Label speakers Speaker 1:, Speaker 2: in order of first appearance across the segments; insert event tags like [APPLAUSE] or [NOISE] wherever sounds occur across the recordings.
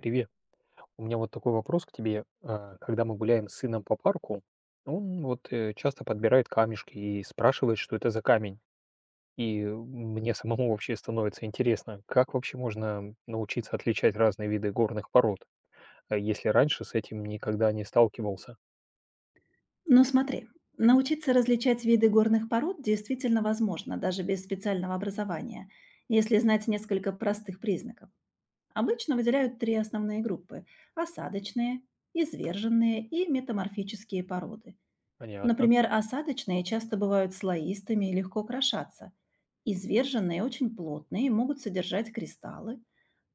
Speaker 1: Привет. У меня вот такой вопрос к тебе. Когда мы гуляем с сыном по парку, он вот часто подбирает камешки и спрашивает, что это за камень. И мне самому вообще становится интересно, как вообще можно научиться отличать разные виды горных пород, а если раньше с этим никогда не сталкивался.
Speaker 2: Но смотри, научиться различать виды горных пород действительно возможно, даже без специального образования, если знать несколько простых признаков. Обычно выделяют три основные группы– осадочные, изверженные и метаморфические породы.
Speaker 1: Понятно.
Speaker 2: Например, осадочные часто бывают слоистыми и легко крошатся. Изверженные очень плотные и могут содержать кристаллы,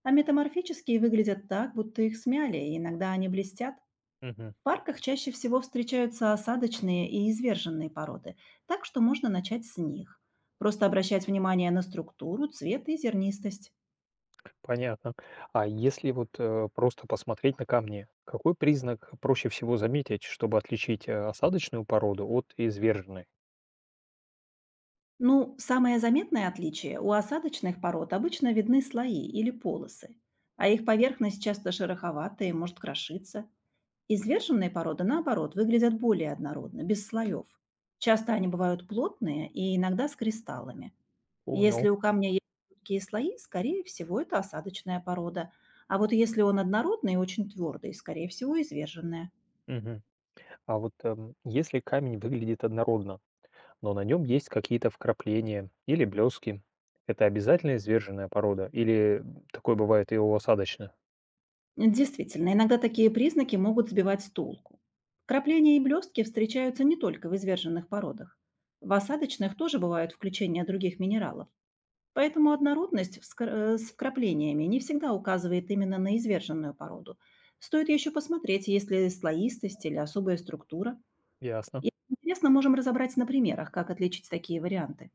Speaker 2: а метаморфические выглядят так, будто их смяли, и иногда они блестят,
Speaker 1: Мгм.
Speaker 2: в парках чаще всего встречаются осадочные и изверженные породы, так что можно начать с них. Просто обращать внимание на структуру, цвет и зернистость.
Speaker 1: Понятно. А если вот просто посмотреть на камни, какой признак проще всего заметить, чтобы отличить осадочную породу от изверженной?
Speaker 2: Ну, самое заметное отличие– у осадочных пород обычно видны слои или полосы, а их поверхность часто шероховатая и может крошиться. Изверженные породы, наоборот, выглядят более однородно, без слоев. Часто они бывают плотные и иногда с кристаллами. Если
Speaker 1: Понял.
Speaker 2: у камня есть жидкие слои, скорее всего, это осадочная порода. А вот если он однородный и очень твердый, скорее всего, изверженная.
Speaker 1: Мгм. А вот если камень выглядит однородно, но на нем есть какие-то вкрапления или блески, это обязательно изверженная порода или такое бывает и у осадочных?
Speaker 2: Действительно, иногда такие признаки могут сбивать с толку. Крапления и блестки встречаются не только в изверженных породах. В осадочных тоже бывают включения других минералов. Поэтому однородность с вкраплениями не всегда указывает именно на изверженную породу. Стоит еще посмотреть, есть ли слоистость или особая структура.
Speaker 1: Ясно.
Speaker 2: Если интересно, можем разобрать на примерах, как отличить такие варианты.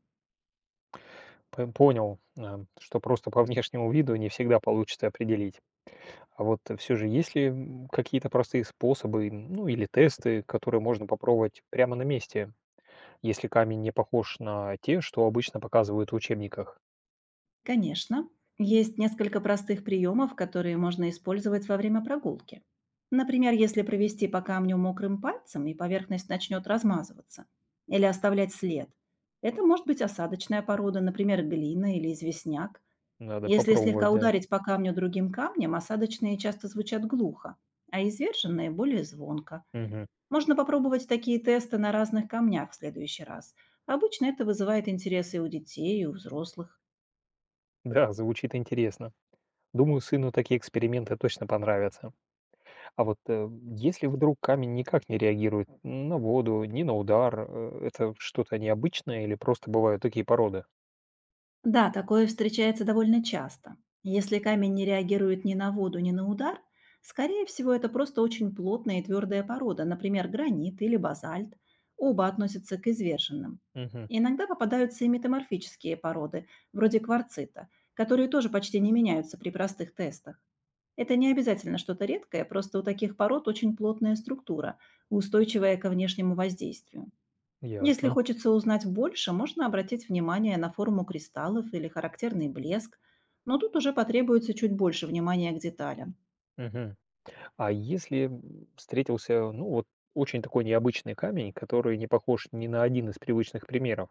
Speaker 1: Понял, что просто по [LAUGHS] внешнему виду не всегда получится определить. А вот все же есть ли какие-то простые способы, ну или тесты, которые можно попробовать прямо на месте, если камень не похож на те, что обычно показывают в учебниках?
Speaker 2: Конечно, есть несколько простых приемов, которые можно использовать во время прогулки. Например, если провести по камню мокрым пальцем, и поверхность начнет размазываться. Или оставлять след. Это может быть осадочная порода, например, глина или известняк.
Speaker 1: Надо
Speaker 2: Если слегка
Speaker 1: попробовать, да.
Speaker 2: ударить по камню другим камнем, осадочные часто звучат глухо, а изверженные– более звонко.
Speaker 1: Мгм.
Speaker 2: Можно попробовать такие тесты на разных камнях в следующий раз. Обычно это вызывает интерес и у детей, и у взрослых.
Speaker 1: Да, звучит интересно. Думаю, сыну такие эксперименты точно понравятся. А вот если вдруг камень никак не реагирует на воду, ни на удар, это что-то необычное или просто бывают такие породы?
Speaker 2: Да, такое встречается довольно часто. Если камень не реагирует ни на воду, ни на удар, скорее всего, это просто очень плотная и твердая порода, например, гранит или базальт. Оба относятся к изверженным.
Speaker 1: Мгм.
Speaker 2: Иногда попадаются и метаморфические породы, вроде кварцита, которые тоже почти не меняются при простых тестах. Это не обязательно что-то редкое, просто у таких пород очень плотная структура, устойчивая ко внешнему воздействию. Если
Speaker 1: Ясно.
Speaker 2: хочется узнать больше, можно обратить внимание на форму кристаллов или характерный блеск, но тут уже потребуется чуть больше внимания к деталям.
Speaker 1: Мгм. А если встретился, ну вот, очень такой необычный камень, который не похож ни на один из привычных примеров,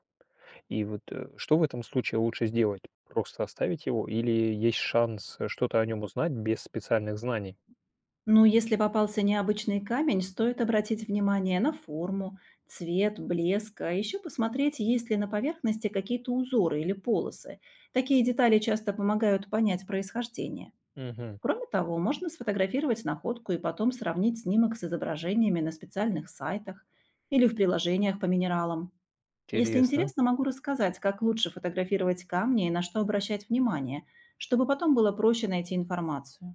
Speaker 1: и вот что в этом случае лучше сделать? Просто оставить его или есть шанс что-то о нем узнать без специальных знаний?
Speaker 2: Но если попался необычный камень, стоит обратить внимание на форму, цвет, блеск, а еще посмотреть, есть ли на поверхности какие-то узоры или полосы. Такие детали часто помогают понять происхождение.
Speaker 1: Мгм.
Speaker 2: Кроме того, можно сфотографировать находку и потом сравнить снимок с изображениями на специальных сайтах или в приложениях по минералам. Если
Speaker 1: Интересно.
Speaker 2: интересно, могу рассказать, как лучше фотографировать камни и на что обращать внимание, чтобы потом было проще найти информацию.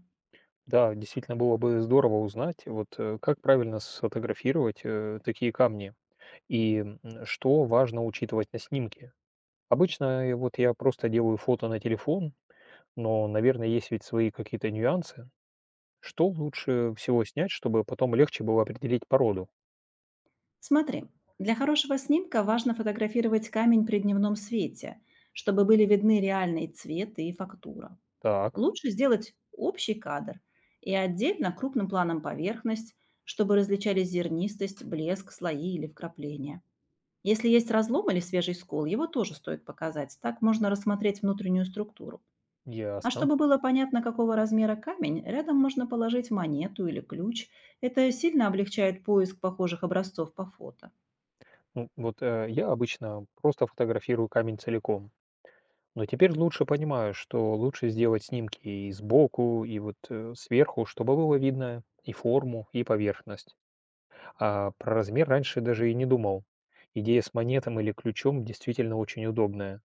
Speaker 1: Да, действительно было бы здорово узнать, вот как правильно сфотографировать такие камни и что важно учитывать на снимке. Обычно вот я просто делаю фото на телефон, но, наверное, есть ведь свои какие-то нюансы. Что лучше всего снять, чтобы потом легче было определить породу?
Speaker 2: Смотри, для хорошего снимка важно фотографировать камень при дневном свете, чтобы были видны реальный цвет и фактура.
Speaker 1: Так,
Speaker 2: Лучше сделать общий кадр и отдельно крупным планом поверхность, чтобы различались зернистость, блеск, слои или вкрапления. Если есть разлом или свежий скол, его тоже стоит показать. Так можно рассмотреть внутреннюю структуру. А
Speaker 1: ясно.
Speaker 2: чтобы было понятно, какого размера камень, рядом можно положить монету или ключ. Это сильно облегчает поиск похожих образцов по фото.
Speaker 1: Ну, вот я обычно просто фотографирую камень целиком. Но теперь лучше понимаю, что лучше сделать снимки и сбоку, и вот сверху, чтобы было видно и форму, и поверхность. А про размер раньше даже и не думал. Идея с монетом или ключом действительно очень удобная.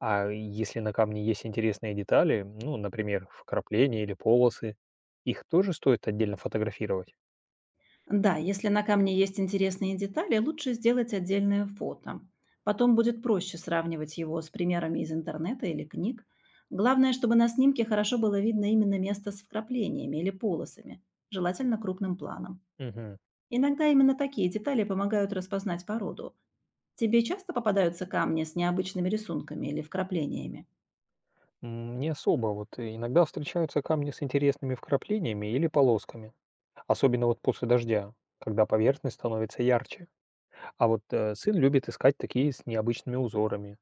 Speaker 1: А если на камне есть интересные детали, ну, например, вкрапления или полосы, их тоже стоит отдельно фотографировать?
Speaker 2: Да, если на камне есть интересные детали, лучше сделать отдельное фото. Потом будет проще сравнивать его с примерами из интернета или книг. Главное, чтобы на снимке хорошо было видно именно место с вкраплениями или полосами, желательно крупным планом.
Speaker 1: Мгм.
Speaker 2: Иногда именно такие детали помогают распознать породу. Тебе часто попадаются камни с необычными рисунками или вкраплениями?
Speaker 1: Не особо. Вот иногда встречаются камни с интересными вкраплениями или полосками. Особенно вот после дождя, когда поверхность становится ярче. А вот сын любит искать такие с необычными узорами.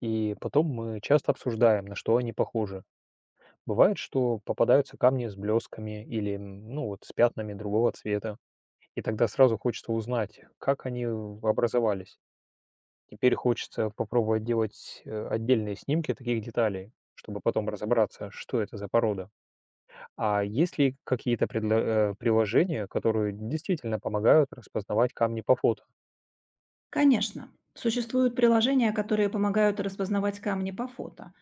Speaker 1: И потом мы часто обсуждаем, на что они похожи. Бывает, что попадаются камни с блесками или ну, вот, с пятнами другого цвета. И тогда сразу хочется узнать, как они образовались. Теперь хочется попробовать делать отдельные снимки таких деталей, чтобы потом разобраться, что это за порода. А есть ли какие-то приложения, которые действительно помогают распознавать камни по фото?
Speaker 2: Конечно. Существуют приложения, которые помогают распознавать камни по фото.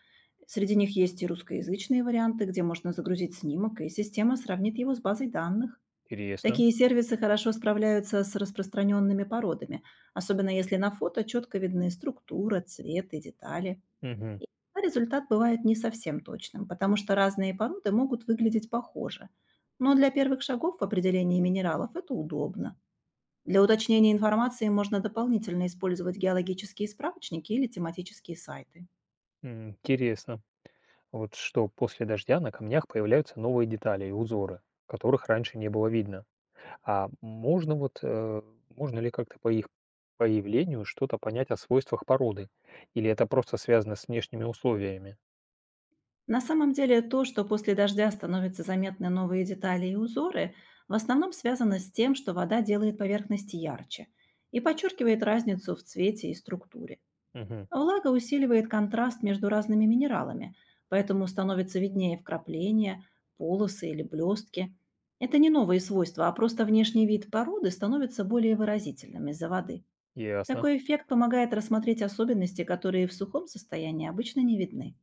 Speaker 2: Среди них есть и русскоязычные варианты, где можно загрузить снимок, и система сравнит его с базой данных.
Speaker 1: Интересно.
Speaker 2: Такие сервисы хорошо справляются с распространенными породами, особенно если на фото четко видны структура, цвет и детали.
Speaker 1: Мгм.
Speaker 2: И иногда результат бывает не совсем точным, потому что разные породы могут выглядеть похоже. Но для первых шагов в определении минералов это удобно. Для уточнения информации можно дополнительно использовать геологические справочники или тематические сайты.
Speaker 1: Интересно. Вот что после дождя на камнях появляются новые детали и узоры, которых раньше не было видно. А можно можно ли как-то по их появлению что-то понять о свойствах породы? Или это просто связано с внешними условиями?
Speaker 2: На самом деле то, что после дождя становятся заметны новые детали и узоры, в основном связано с тем, что вода делает поверхности ярче и подчеркивает разницу в цвете и структуре.
Speaker 1: Мгм.
Speaker 2: Влага усиливает контраст между разными минералами, поэтому становится виднее вкрапления, полосы или блестки. Это не новые свойства, а просто внешний вид породы становится более выразительным из-за воды.
Speaker 1: Ясно.
Speaker 2: Такой эффект помогает рассмотреть особенности, которые в сухом состоянии обычно не видны.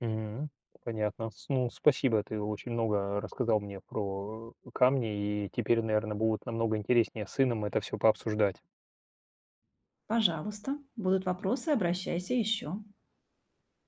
Speaker 1: Мгм. Понятно. Ну, спасибо, ты очень много рассказал мне про камни, и теперь, наверное, будет намного интереснее с сыном это все пообсуждать.
Speaker 2: Пожалуйста, будут вопросы, обращайся еще.